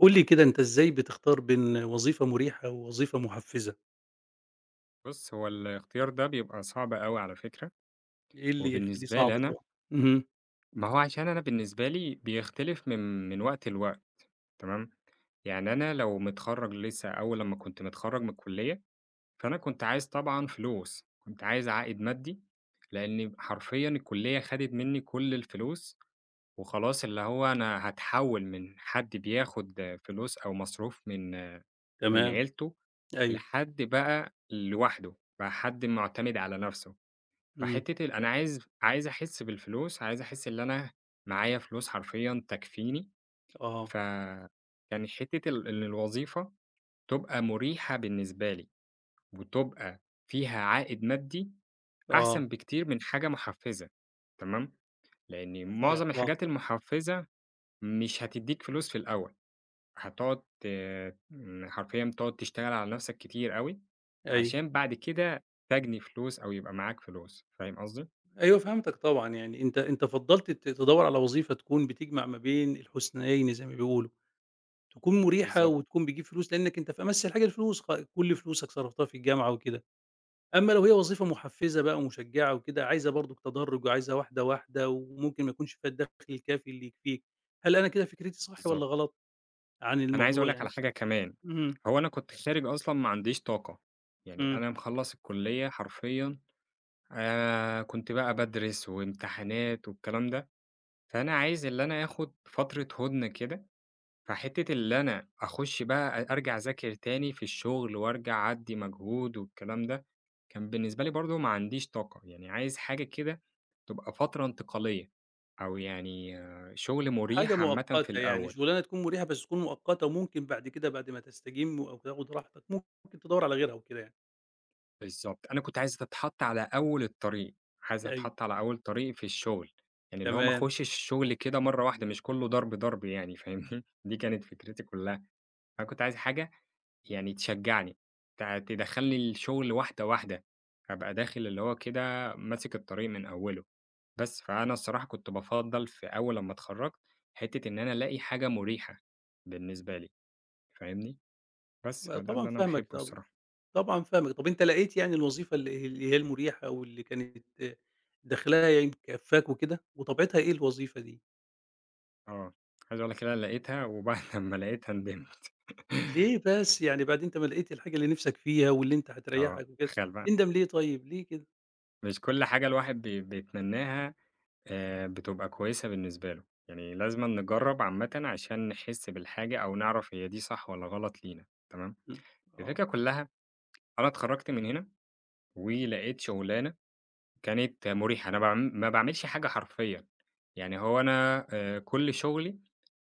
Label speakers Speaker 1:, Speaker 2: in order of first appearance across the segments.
Speaker 1: قُل لي كده أنت إزاي بتختار بين وظيفة مريحة ووظيفة محفزة؟
Speaker 2: بُص، هو الاختيار ده بيبقى صعب أوي على فكرة،
Speaker 1: إيه اللي يخلّيه
Speaker 2: وبالنسبة
Speaker 1: صعب
Speaker 2: لي أنا
Speaker 1: طبعًا؟ اهم،
Speaker 2: ما هو عشان أنا بالنسبة لي بيختلف من وقت لوقت. تمام. يعني أنا لو متخرّج لسه أول لمّا كنت متخرّج من الكلية، فأنا كنت عايز طبعًا فلوس، كنت عايز عائد مادي، لإن حرفيًا الكلية خدت مني كل الفلوس، وخلاص اللي هو أنا هاتحوّل من حد بياخد فلوس أو مصروف من
Speaker 1: تمام،
Speaker 2: عيلته،
Speaker 1: أيوه،
Speaker 2: لحد بقى لوحده، بقى حد معتمد على نفسه.
Speaker 1: إمم،
Speaker 2: فحتّة ال أنا عايز أحس بالفلوس، عايز أحس اللي أنا معايا فلوس حرفيًا تكفيني،
Speaker 1: آه،
Speaker 2: فكان حتّة ال إن الوظيفة تبقى مريحة بالنسبة لي، وتبقى فيها عائد مادي
Speaker 1: آه،
Speaker 2: أحسن بكتير من حاجة محفّزة. تمام. لإن
Speaker 1: يع
Speaker 2: معظم
Speaker 1: آه،
Speaker 2: الحاجات المحفّزة مش هتدّيك فلوس في الأول، هتقعد ت م حرفيًا تقعد تشتغل على نَفْسك كتير أوي،
Speaker 1: أيوه،
Speaker 2: عشان بعد كده تجني فلوس أو يبقى معاك فلوس، فاهم قصدي؟
Speaker 1: أيوه فهمتك طبعًا. يعني أنت فضّلت تدوّر على وظيفة تكون بتجمع ما بين الحسنيين زي ما بيقولوا، تكون مريحة
Speaker 2: بالضبط،
Speaker 1: وتكون بتجيب فلوس لأنك أنت في أمَس الحاجة الفلوس، كل فلوسك صرفتها في الجامعة وكده. أمّا لو هي وظيفة مُحفّزة بقى ومشجّعة وكده، عايزة برضُك تدرُّج وعايزة واحدة، واحدة وممكن ما يكونش فيها الدَخْل الكافي اللي يكفيك. هل أنا كده فكرتي صح
Speaker 2: بالضبط.
Speaker 1: والّا غلط عن
Speaker 2: أنا عايز أقول
Speaker 1: الموضوع
Speaker 2: لك على
Speaker 1: يعني؟
Speaker 2: حاجة كمان،
Speaker 1: اهم،
Speaker 2: هو أنا كنت خارج أصلًا ما عنديش طاقة، يعني
Speaker 1: إمم.
Speaker 2: أنا مخلّص الكلية حرفيًا، كنت بقى بادرس وامتحانات والكلام ده، فأنا عايز اللي أنا آخد فترة هُدنة كده، فحتة اللي أنا أخش بقى أرجع أذاكر تاني في الشغل وأرجع أدّي مجهود والكلام ده، كان بالنسبة لي برضه ما عنديش طاقة، يعني عايز حاجة كده تبقى فترة انتقالية، أو يعني آه، شغل
Speaker 1: حاجة
Speaker 2: مُريح عامةً في
Speaker 1: مؤقتة يعني،
Speaker 2: الأول.
Speaker 1: شُغلانة تكون مريحة بس تكون مؤقتة وممكن بعد كده بعد ما تستجِم أو تاخُد راحتك ممكن تدوّر على غيرها وكده يعني.
Speaker 2: بالضبط، أنا كنت عايز أتحط على أول الطريق، عايز
Speaker 1: أيوه،
Speaker 2: أتحط على أول طريق في الشغل، يعني اللي هو ما
Speaker 1: تمام.
Speaker 2: اخشش الشغل كده مرّة واحدة مش كلّه ضرب، ضرب يعني فاهمني؟ دي كانت فكرتي كلّها، أنا كنت عايز حاجة يعني تشجّعني، تدخّلني الشغل واحدة، واحدة، أبقى داخل اللي هو كده ماسك الطريق من أوّله، بس فأنا الصراحة كنت بافضّل في أول لمّا اتخرّجت حتّة إن أنا ألاقي حاجة مُريحة بالنسبة لي، فاهمني؟ بس
Speaker 1: آه
Speaker 2: فده
Speaker 1: طبعًا
Speaker 2: اللي أنا
Speaker 1: فاهمك.
Speaker 2: باحبه الصراحة.
Speaker 1: طبعًا فاهمك. طب أنت لقيت يعني الوظيفة اللي هي المريحة واللي كانت دَخْلها يعني مكفّاك وكده، وطبيعتها إيه الوظيفة دي؟
Speaker 2: آه، عايز أقول لِك إن أنا لقيتها وبعد لمّا لقيتها ندمت.
Speaker 1: ليه بس؟ يعني بعد أنت ما لقيت الحاجة اللي نِفْسك فيها واللي أنت
Speaker 2: آه،
Speaker 1: هتريّحك وكده،
Speaker 2: تخيل بقى،
Speaker 1: تندم ليه طيب، ليه كده؟
Speaker 2: مش كل حاجة الواحد بيتمناها بتبقى كويسة بالنسبة له، يعني لازمًا نجرّب عامةً عشان نحس بالحاجة أو نعرف هي دي صح والّا غلط لينا، تمام؟
Speaker 1: إمم، آه،
Speaker 2: الفكرة كلها أنا اتخرّجت من هنا ولقيت شغلانة كانت مُريحة، أنا ما باعملش حاجة حرفيًا، يعني هو أنا كل شغلي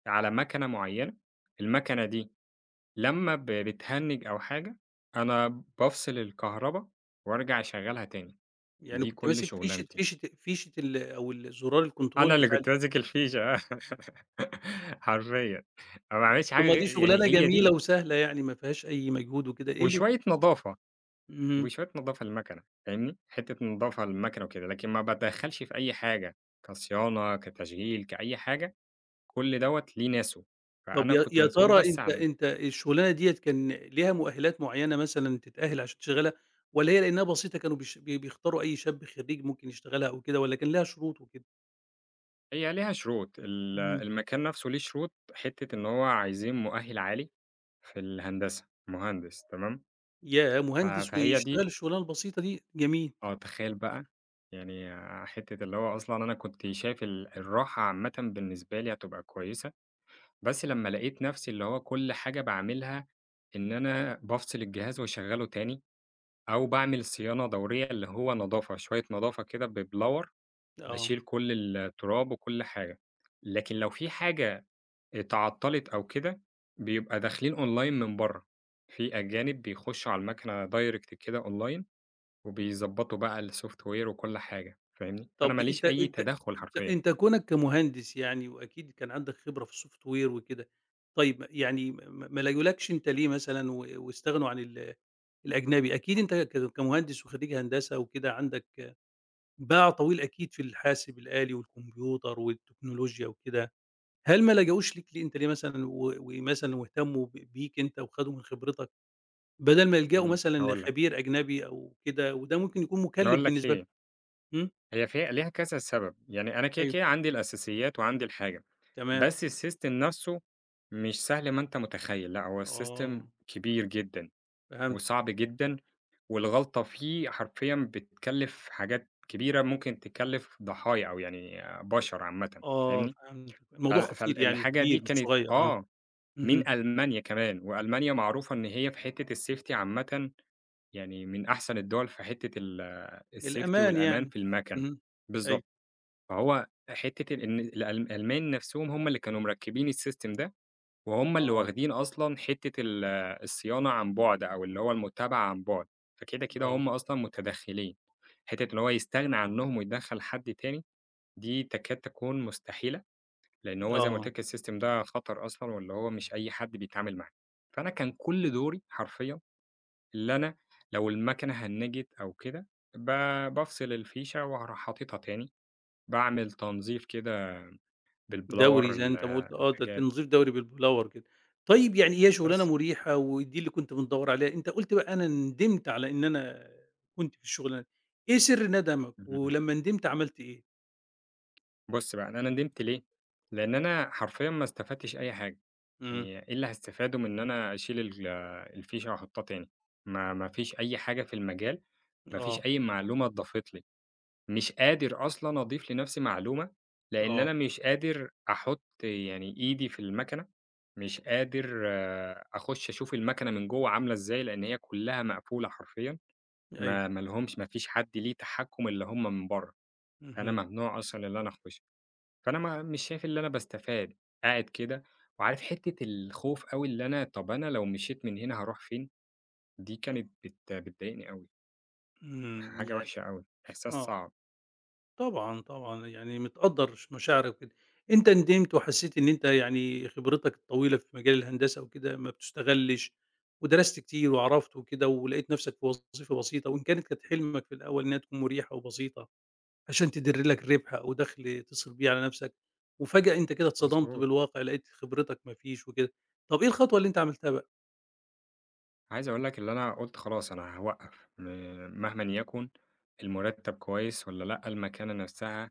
Speaker 2: على مَكنة معيّنة، المَكنة دي لمّا بتهنِّج أو حاجة، أنا بافصل الكهربا وارجع أشغّلها تاني،
Speaker 1: يعني
Speaker 2: دي
Speaker 1: كنت
Speaker 2: كل
Speaker 1: ماسك فيشة
Speaker 2: شُغلانتي،
Speaker 1: فيشة فيشة ال زرار
Speaker 2: أنا
Speaker 1: الكنترول
Speaker 2: اللي
Speaker 1: بتاع
Speaker 2: كنت
Speaker 1: ال.
Speaker 2: ماسك الفيشة حرفيًا، أنا ما باعملش
Speaker 1: طب
Speaker 2: حاجة
Speaker 1: ما
Speaker 2: غير
Speaker 1: دي
Speaker 2: يعني
Speaker 1: شغلانة
Speaker 2: هي دي
Speaker 1: جميلة وسهلة يعني ما فيهاش أي مجهود وكده، إيه اللي.
Speaker 2: وشوية نضافة،
Speaker 1: اهم،
Speaker 2: وشوية نضافة للمَكَنة فاهمني، حتّة نضافة للمَكَنة وكده، لكن ما باتدخّلش في أي حاجة، كصيانة، كتشغيل، كأي حاجة، كل دوّة ليه ناسه،
Speaker 1: طب
Speaker 2: فأنا
Speaker 1: يا
Speaker 2: كنت
Speaker 1: يا
Speaker 2: مسؤول
Speaker 1: ترى
Speaker 2: بس
Speaker 1: أنت
Speaker 2: عن.
Speaker 1: أنت الشغلانة ديّة كان ليها مؤهلات معيّنة مثلًا تتأهل عشان تشتغلها، والّا هي لإنها بسيطة كانوا بيش بي بيختاروا أي شاب خريج ممكن يشتغلها أو كده، والّا كان لها شروط وكده؟
Speaker 2: هي ليها شروط، ال
Speaker 1: إمم.
Speaker 2: المكان نَفْسه ليه شروط، حتّة إن هو عايزين مؤهِّل عالي في الهندسة، مهندس تمام.
Speaker 1: ياه!
Speaker 2: ف
Speaker 1: مهندس
Speaker 2: فهي دي
Speaker 1: ويشتغل الشغلانة البسيطة دي، جميل،
Speaker 2: آه، تخيل بقى، يعني حتّة اللي هو أصلًا أنا كنت شايف ال الراحة عامةً بالنسبة لي هتبقى كويسة، بس لمّا لقيت نفْسي اللي هو كل حاجة باعملها إن أنا بافصل الجهاز واشغّله تاني، أو باعمل صيانة دورية اللي هو نضافة، شوية نضافة كده ببلاور
Speaker 1: آه.
Speaker 2: باشيل كل التراب وكل حاجة، لكن لو في حاجة تعطّلِت أو كده، بيبقى داخلين online من برّه، في أجانب بيخشّوا على الماكنة direct كده online وبيضبّطوا بقى الsoftware وكل حاجة فاهمني، فأنا ما
Speaker 1: طب أنت
Speaker 2: ليش أي
Speaker 1: أنت
Speaker 2: تدخُّل
Speaker 1: أنت
Speaker 2: حرفيًا.
Speaker 1: أنت كونك كمهندس يعني وأكيد كان عندك خبرة في الsoftware وكده. طيب يعني ما لجولكش أنت ليه مثلًا واستغنوا عن الأجنبي؟ أكيد أنت كمهندس وخريج هندسة وكده عندك باع طويل أكيد في الحاسب الآلي والكمبيوتر والتكنولوجيا وكده. هل ما لجأوش ليك ليه أنت ليه مثلًا و واهتموا بيك أنت وخدوا من خبرتك؟ بدل ما يلجأوا
Speaker 2: إمم.
Speaker 1: مثلًا
Speaker 2: هاقول لك،
Speaker 1: لخبير أجنبي أو كده، وده ممكن يكون
Speaker 2: أنا
Speaker 1: مُكلِّف
Speaker 2: هاقول لك
Speaker 1: بالنسبة لهم.
Speaker 2: ليه،
Speaker 1: إمم،
Speaker 2: هي فيها ليها كذا سبب، يعني أنا كده،
Speaker 1: أيوه،
Speaker 2: كده عندي الأساسيات وعندي الحاجة،
Speaker 1: تمام،
Speaker 2: بس الsystem نَفْسه مش سهل ما أنت متخيّل، لأ هو الsystem
Speaker 1: آه،
Speaker 2: كبير جدًا
Speaker 1: فهمتك،
Speaker 2: وصعب جدًا والغلطة فيه حرفيًا بتكلّف حاجات كبيرة، ممكن تكلّف ضحايا أو يعني بشر عامةً،
Speaker 1: آه،
Speaker 2: فاهمني؟
Speaker 1: فهمتك. الموضوع خطير يعني
Speaker 2: فالحاجة دي
Speaker 1: وكبير مش
Speaker 2: كانت
Speaker 1: صغير، آه،
Speaker 2: آه، من
Speaker 1: اهم،
Speaker 2: ألمانيا كمان، وألمانيا معروفة إن هي في حتّة الsafety عامةً يعني من أحسن الدول في حتّة ال الsafety
Speaker 1: الأمان
Speaker 2: والأمان
Speaker 1: يعني،
Speaker 2: في المَكَن.
Speaker 1: اهم، أيوه،
Speaker 2: بالضبط. فهو حتّة ال إن الألمان نَفْسهم هم اللي كانوا مركّبين السيستم ده وهُم اللي
Speaker 1: آه،
Speaker 2: واخدين أصلًا حتّة ال الصيانة عن بُعد أو اللي هو المتابعة عن بُعد، فكده، كده
Speaker 1: آه،
Speaker 2: هُم أصلًا متدخّلين، حتّة إن هو يستغنى عنّهم ويدخّل حد تاني دي تكاد تكون مستحيلة، لإن هو زي ما قُلت
Speaker 1: آه،
Speaker 2: لك الsystem ده خطر أصلًا واللي هو مش أي حد بيتعامل معاه، فأنا كان كل دوري حرفيًا اللي أنا لو الماكنة هنّجِت أو كده ب بافصل الفيشة وأروح حاططها تاني، باعمل تنضيف كده
Speaker 1: دوري
Speaker 2: بالبلاور
Speaker 1: زي
Speaker 2: ال
Speaker 1: أنت ما قُلت آه، ده
Speaker 2: الحاجات
Speaker 1: تنظيف دوري بالبلور كده. طيب يعني هي شغلانة مريحة ودي اللي كنت بتدوّر عليها، أنت قُلت بقى أنا ندمت على إن أنا كنت في الشغلانة دي، إيه سر ندمك
Speaker 2: بس.
Speaker 1: ولمّا ندمت عملت إيه؟
Speaker 2: بُص بقى، أنا ندمت ليه؟ لإن أنا حرفيًا ما استفدتش أي حاجة،
Speaker 1: إمم،
Speaker 2: يعني إيه اللي هاستفاده من إن أنا أشيل ال الفيشة وأحطها تاني؟ ما فيش أي حاجة في المجال، ما فيش
Speaker 1: آه،
Speaker 2: أي معلومة اتضافت لي، مش قادر أصلًا أضيف لنفسي معلومة، لإن أنا
Speaker 1: آه.
Speaker 2: مش قادر أحط يعني إيدي في الماكنة، مش قادر آه، أخش أشوف الماكنة من جوّه عاملة إزاي، لإن هي كلّها مقفولة حرفيًا،
Speaker 1: أيوه.
Speaker 2: ما فيش حد ليه تحكُّم إلّا هم من برّه، فأنا
Speaker 1: اهم.
Speaker 2: ممنوع أصلًا إن أنا أخش. فأنا ما مش شايف اللي أنا باستفاد، قاعد كده وعارف حتّة الخوف أوي اللي أنا طَب أنا لو مشيت من هنا هاروح فين؟ دي كانت بتضايقني أوي،
Speaker 1: إمم.
Speaker 2: حاجة
Speaker 1: يعني
Speaker 2: وحشة أوي، إحساس
Speaker 1: آه.
Speaker 2: صعب.
Speaker 1: طبعًا، طبعًا. يعني متقدّر مشاعرك وكده. أنت ندمت وحسّيت إن أنت يعني خبرتك الطويلة في مجال الهندسة وكده ما بتُستغلّش، ودرست كتير وعرفت وكده ولقيت نَفْسك في وظيفة بسيطة وإن كانت حلمك في الأول إنّها تكون مريحة وبسيطة عشان تدِر لك ربح أو دَخْل تصرف بيه على نَفْسك، وفجأة أنت كده اتصدمت
Speaker 2: مضبوط.
Speaker 1: بالواقع، لقيت خبرتك ما فيش وكده. طَب إيه الخطوة اللي أنت عملتها بقى؟
Speaker 2: عايز أقول لك اللي أنا قُلت خلاص أنا هاوقّف، مهمًا يكن المُرتّب كويس والّا لأ، المكانة نفسها،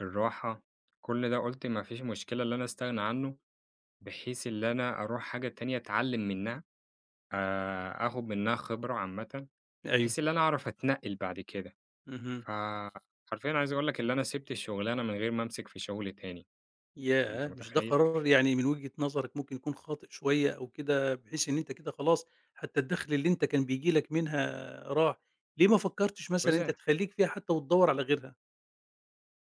Speaker 2: الراحة، كل ده قُلت ما فيش مشكلة اللي أنا أستغنى عنّه، بحيث اللي أنا أروح حاجة تانية أتعلّم منّها، آخُد منّها خبرة عامةً،
Speaker 1: أيوه.
Speaker 2: بحيث اللي أنا أعرف أتنقّل بعد كده.
Speaker 1: اهم.
Speaker 2: فحرفيًا عايز أقول لك اللي أنا سِبت الشغلانة من غير ما أمسك في شغل تاني، أنت
Speaker 1: ياه! مش ده
Speaker 2: متخيّل؟
Speaker 1: قرار يعني من وجهة نظرك ممكن يكون خاطئ شوية أو كده، بحيث إن أنت كده خلاص حتى الدخل اللي أنت كان بييجي لك منها راح، ليه ما فكرتش مثلًا
Speaker 2: بُص
Speaker 1: أنت تخلّيك فيها حتى وتدوّر على غيرها؟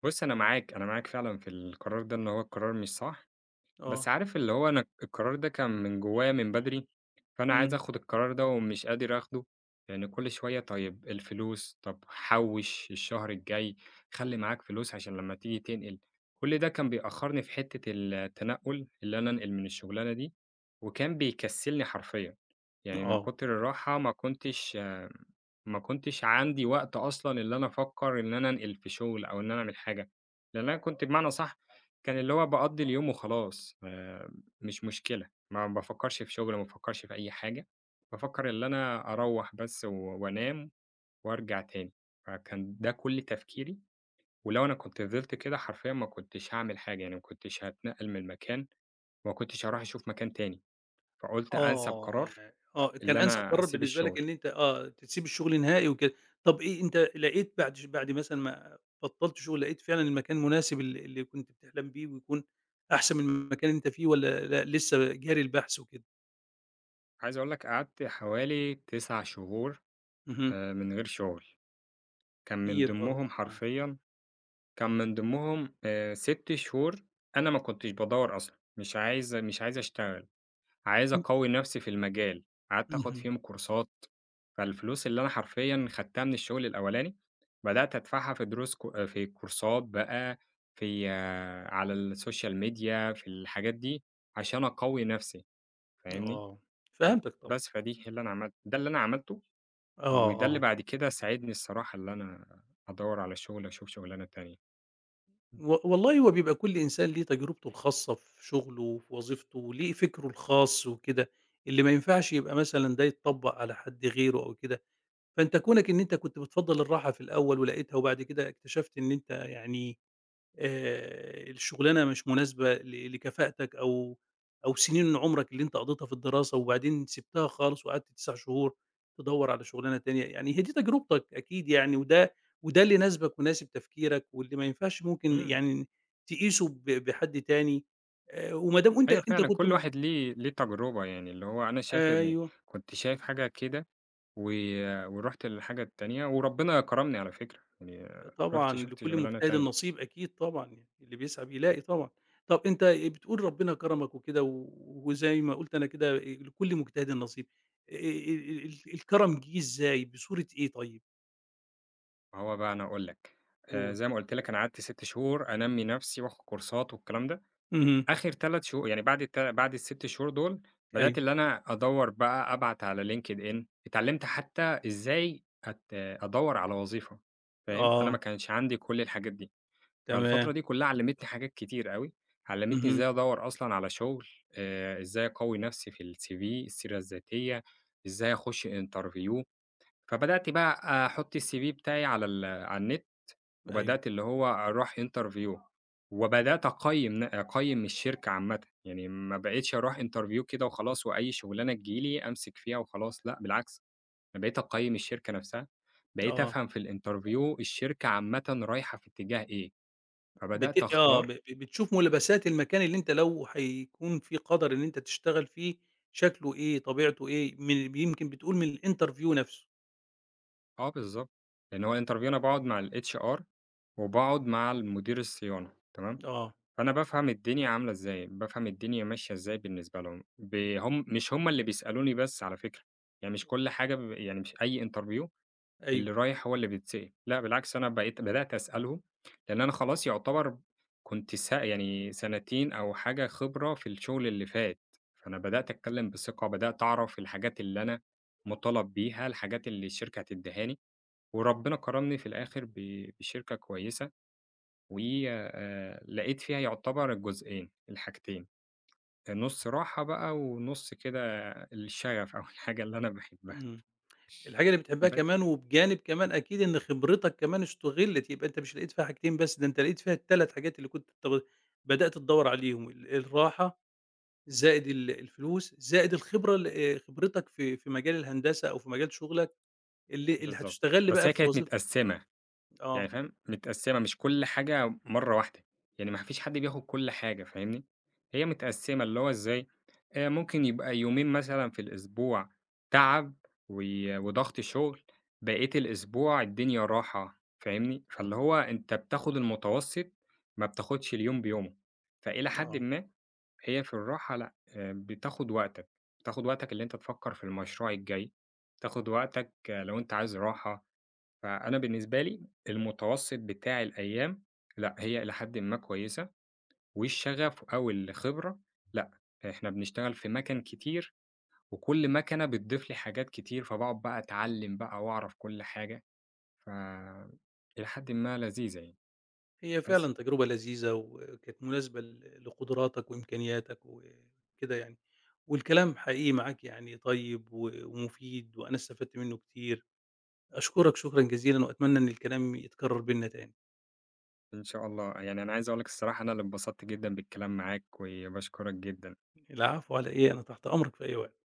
Speaker 2: بُص أنا معاك، أنا معاك فعلًا في القرار ده إن هو القرار مش صح. بس
Speaker 1: آه،
Speaker 2: عارف اللي هو أنا القرار ده كان من جوايا من بدري، فأنا عايز
Speaker 1: إمم،
Speaker 2: آخُد القرار ده ومش قادر آخده، لإن كل شوية طيب الفلوس، طب حوِّش الشهر الجاي، خلّي معاك فلوس عشان لمّا تيجي تنقل، كل ده كان بيأخّرني في حتّة التنقُّل، اللي أنا أنقل من الشغلانة دي، وكان بيكسّلني حرفيًا، يعني من
Speaker 1: آه،
Speaker 2: كتر الراحة ما كنتش آه، ما كنتش عندي وقت أصلًا اللي أنا أفكّر إن أنا أنقل في شُغل أو إن أنا أعمل حاجة، لإن أنا كنت بمعنى أصح كان اللي هو باقضّي اليوم وخلاص، مش مشكلة، ما بافكّرش في شغل، ما بافكّرش في أي حاجة، بافكّر اللي أنا أروّح بس وأنام وأرجع تاني، فكان ده كل تفكيري، ولو أنا كنت فضلت كده حرفيًا ما كنتش هاعمل حاجة، يعني ما كنتش هاتنقّل من مكان وما كنتش هاروح أشوف مكان تاني، فقُلت أنسب
Speaker 1: آه،
Speaker 2: قرار
Speaker 1: يع آه، كان
Speaker 2: اللي
Speaker 1: أنسب
Speaker 2: أنا
Speaker 1: قرار
Speaker 2: أسيب
Speaker 1: بالنسبة لك
Speaker 2: الشغل.
Speaker 1: إن أنت آه، تسيب الشغل نهائي وكده. طب إيه أنت لقيت بعد بعد مثلًا ما بطّلت شغل لقيت فعلًا المكان مناسب اللي كنت بتحلم بيه، ويكون أحسن من المكان اللي أنت فيه والّا لأ لسه جاري البحث وكده؟
Speaker 2: عايز أقول لك قعدت حوالي 9 شهور
Speaker 1: اهم،
Speaker 2: من غير شغل، كان من
Speaker 1: كتير برضه،
Speaker 2: ضمنهم
Speaker 1: آه.
Speaker 2: حرفيًا كان من ضمنهم 6 شهور أنا ما كنتش بادوّر أصلًا، مش عايز أشتغل، عايز
Speaker 1: إمم،
Speaker 2: أقوّي نَفْسي في المجال، قعدت آخُد
Speaker 1: اهم،
Speaker 2: فيهم كورسات، فالفلوس اللي أنا حرفيًا خدتها من الشغل الأولاني، بدأت أدفعها في دروس في كورسات بقى، في آه، على الsocial media في الحاجات دي، عشان أقوّي نَفْسي فاهمني؟
Speaker 1: آه، فهمتك طبعًا،
Speaker 2: بس فدي اللي أنا عملت ده اللي أنا عملته،
Speaker 1: آه،
Speaker 2: وده اللي
Speaker 1: آه،
Speaker 2: بعد كده ساعدني الصراحة اللي أنا أدوّر على شغل، أشوف شُغلانة تانية.
Speaker 1: والله هو بيبقى كل إنسان ليه تجربته الخاصة في شغله وفي وظيفته، ليه فكره الخاص وكده، اللي ما ينفعش يبقى مثلًا ده يتطبّق على حد غيره أو كده. فأنت كونك إن أنت كنت بتفضّل الراحة في الأول ولقيتها وبعد كده اكتشفت إن أنت يعني الشغلانة مش مناسبة لكفاءتك أو أو سنين من عمرك اللي أنت قضيتها في الدراسة وبعدين سِبتها خالص وقعدت 9 شهور تدوّر على شغلانة تانية، يعني هي دي تجربتك أكيد يعني، وده اللي يناسبك ويناسب تفكيرك واللي ما ينفعش ممكن
Speaker 2: إمم.
Speaker 1: يعني تقيسه بحد تاني وما دام أنت
Speaker 2: أيوه
Speaker 1: أنت
Speaker 2: فعلًا،
Speaker 1: كنت
Speaker 2: كل
Speaker 1: م
Speaker 2: واحد ليه تجربة، يعني اللي هو أنا شايف إن
Speaker 1: أيوه.
Speaker 2: كنت شايف حاجة كده و ورُحت للحاجة التانية وربنا كرمني على فكرة، يعني رُحت
Speaker 1: طبعًا
Speaker 2: شُفت
Speaker 1: لكل
Speaker 2: شُغلانة
Speaker 1: مجتهد
Speaker 2: تانية.
Speaker 1: نصيب أكيد طبعًا يعني، اللي بيسعى بيلاقي طبعًا. طب أنت بتقول ربنا كرمك وكده وزي ما قُلت أنا كده لكل مجتهد نصيب، ال ال الكرم جِه إزاي، بصورة إيه طيب؟
Speaker 2: ما هو بقى أنا هاقول لك،
Speaker 1: قُل.
Speaker 2: زي ما قُلت لك أنا قعدت 6 شهور أنمّي نَفْسي وآخُد كورسات والكلام ده،
Speaker 1: اهم،
Speaker 2: آخِر 3 يعني بعد بعد ال6 شهور دول بدأت
Speaker 1: أيوه،
Speaker 2: اللي أنا أدوّر بقى أبعت على LinkedIn، اتعلّمت حتى إزاي أدوّر على وظيفة، فاهم؟ أنا ما
Speaker 1: آه،
Speaker 2: كانش عندي كل الحاجات دي. فالفترة
Speaker 1: تمام،
Speaker 2: دي كلّها علّمتني حاجات كتير أوي، علّمتني
Speaker 1: اهم،
Speaker 2: إزاي أدوّر أصلًا على شغل، إزاي أقوّي نفسي في الCV، السيرة الذاتية، إزاي أخُش interview، فبدأت بقى أحُط الCV بتاعي على ال على النت،
Speaker 1: أيوه،
Speaker 2: وبدأت اللي هو أروح interview، وبدأت أقيّم الشركة عامةً، يعني ما بقيتش أروح interview كده وخلاص وأي شغلانة تيجي لي أمسك فيها وخلاص، لأ بالعكس، أنا بقيت أقيّم الشركة نفسها، بقيت
Speaker 1: آه.
Speaker 2: أفهم في الinterview الشركة عامةً رايحة في اتجاه إيه، فبدأت
Speaker 1: بت آه، ب
Speaker 2: أختار.
Speaker 1: ب بتشوف ملابسات المكان اللي أنت لو هيكون في قدر إن أنت تشتغل فيه، شكله إيه، طبيعته إيه، من يمكن بتقول من الinterview نفسه.
Speaker 2: آه بالضبط، لإن هو الinterview أنا باقعد مع الHR وباقعد مع المدير الصيانة تمام،
Speaker 1: آه،
Speaker 2: فأنا بافهم الدنيا عاملة إزاي، بافهم الدنيا ماشية إزاي بالنسبة لهم، هم مش هم اللي بيسألوني بس على فكرة، يعني مش كل حاجة يعني مش أي interview اللي
Speaker 1: أيوه،
Speaker 2: رايح هو اللي بيتسأل، لأ بالعكس أنا بقيت بدأت أسألهم، لإن أنا خلاص يعتبر كنت يعني سنتين أو حاجة خبرة في الشغل اللي فات، فأنا بدأت أتكلم بثقة، بدأت أعرف الحاجات اللي أنا مُطالب بيها، الحاجات اللي الشركة هتديها لي. وربنا كرمني في الآخر بشركة كويسة، وآآ لقيت فيها يعتبر الجزئين، الحاجتين، نُص راحة بقى ونُص كده الشغف أو الحاجة اللي أنا باحبها،
Speaker 1: إمم. الحاجة اللي بتحبها
Speaker 2: بس.
Speaker 1: كمان، وبجانب كمان أكيد إن خبرتك كمان استُغلِّت، يبقى أنت مش لقيت فيها حاجتين بس، ده أنت لقيت فيها ال3 حاجات اللي كنت بدأت تدوّر عليهم، الراحة زائد الفلوس، زائد الخبرة ال خبرتك في مجال الهندسة أو في مجال شغلك اللي
Speaker 2: بالضبط.
Speaker 1: هتُستغل
Speaker 2: بس
Speaker 1: بقى
Speaker 2: هي
Speaker 1: في
Speaker 2: كانت
Speaker 1: وظيف
Speaker 2: متقسّمة. يعني
Speaker 1: آه،
Speaker 2: فاهم، متقسّمة مش كل حاجة مرّة واحدة، يعني ما فيش حد بياخد كل حاجة فاهمني، هي متقسّمة اللي هو إزاي، ممكن يبقى يومين مثلًا في الأسبوع تعب و وضغط شغل، بقية الأسبوع الدنيا راحة فاهمني، فاللي هو أنت بتاخد المتوسط ما بتاخدش اليوم بيومه، فإلى حدٍ
Speaker 1: آه.
Speaker 2: ما هي في الراحة لأ، بتاخد وقتك، بتاخد وقتك اللي أنت تفكّر في المشروع الجاي، بتاخد وقتك آه، لو أنت عايز راحة فأنا بالنسبة لي المتوسط بتاع الأيام لأ، هي إلى حدٍ ما كويسة، والشغف أو الخبرة لأ، إحنا بنشتغل في مَكَن كتير، وكل مَكَنة بتضيف لي حاجات كتير، فباقعد بقى أتعلّم بقى وأعرف كل حاجة، ف إلى حدٍ ما لذيذة يعني،
Speaker 1: هي
Speaker 2: بس
Speaker 1: فعلًا تجربة لذيذة وكانت مناسبة لقدراتك وإمكانياتك وكده يعني، والكلام حقيقي معاك يعني طيب ومفيد وأنا استفدت منه كتير. أشكرك شكرًا جزيلًا، وأتمنى إن الكلام يتكرر بيننا تاني.
Speaker 2: إن شاء الله يعني أنا عايز أقول لك الصراحة أنا اللي اتبسطت جدًا بالكلام معاك، وباشكرك جدًا.
Speaker 1: العفو على إيه، أنا تحت أمرك في أي وقت.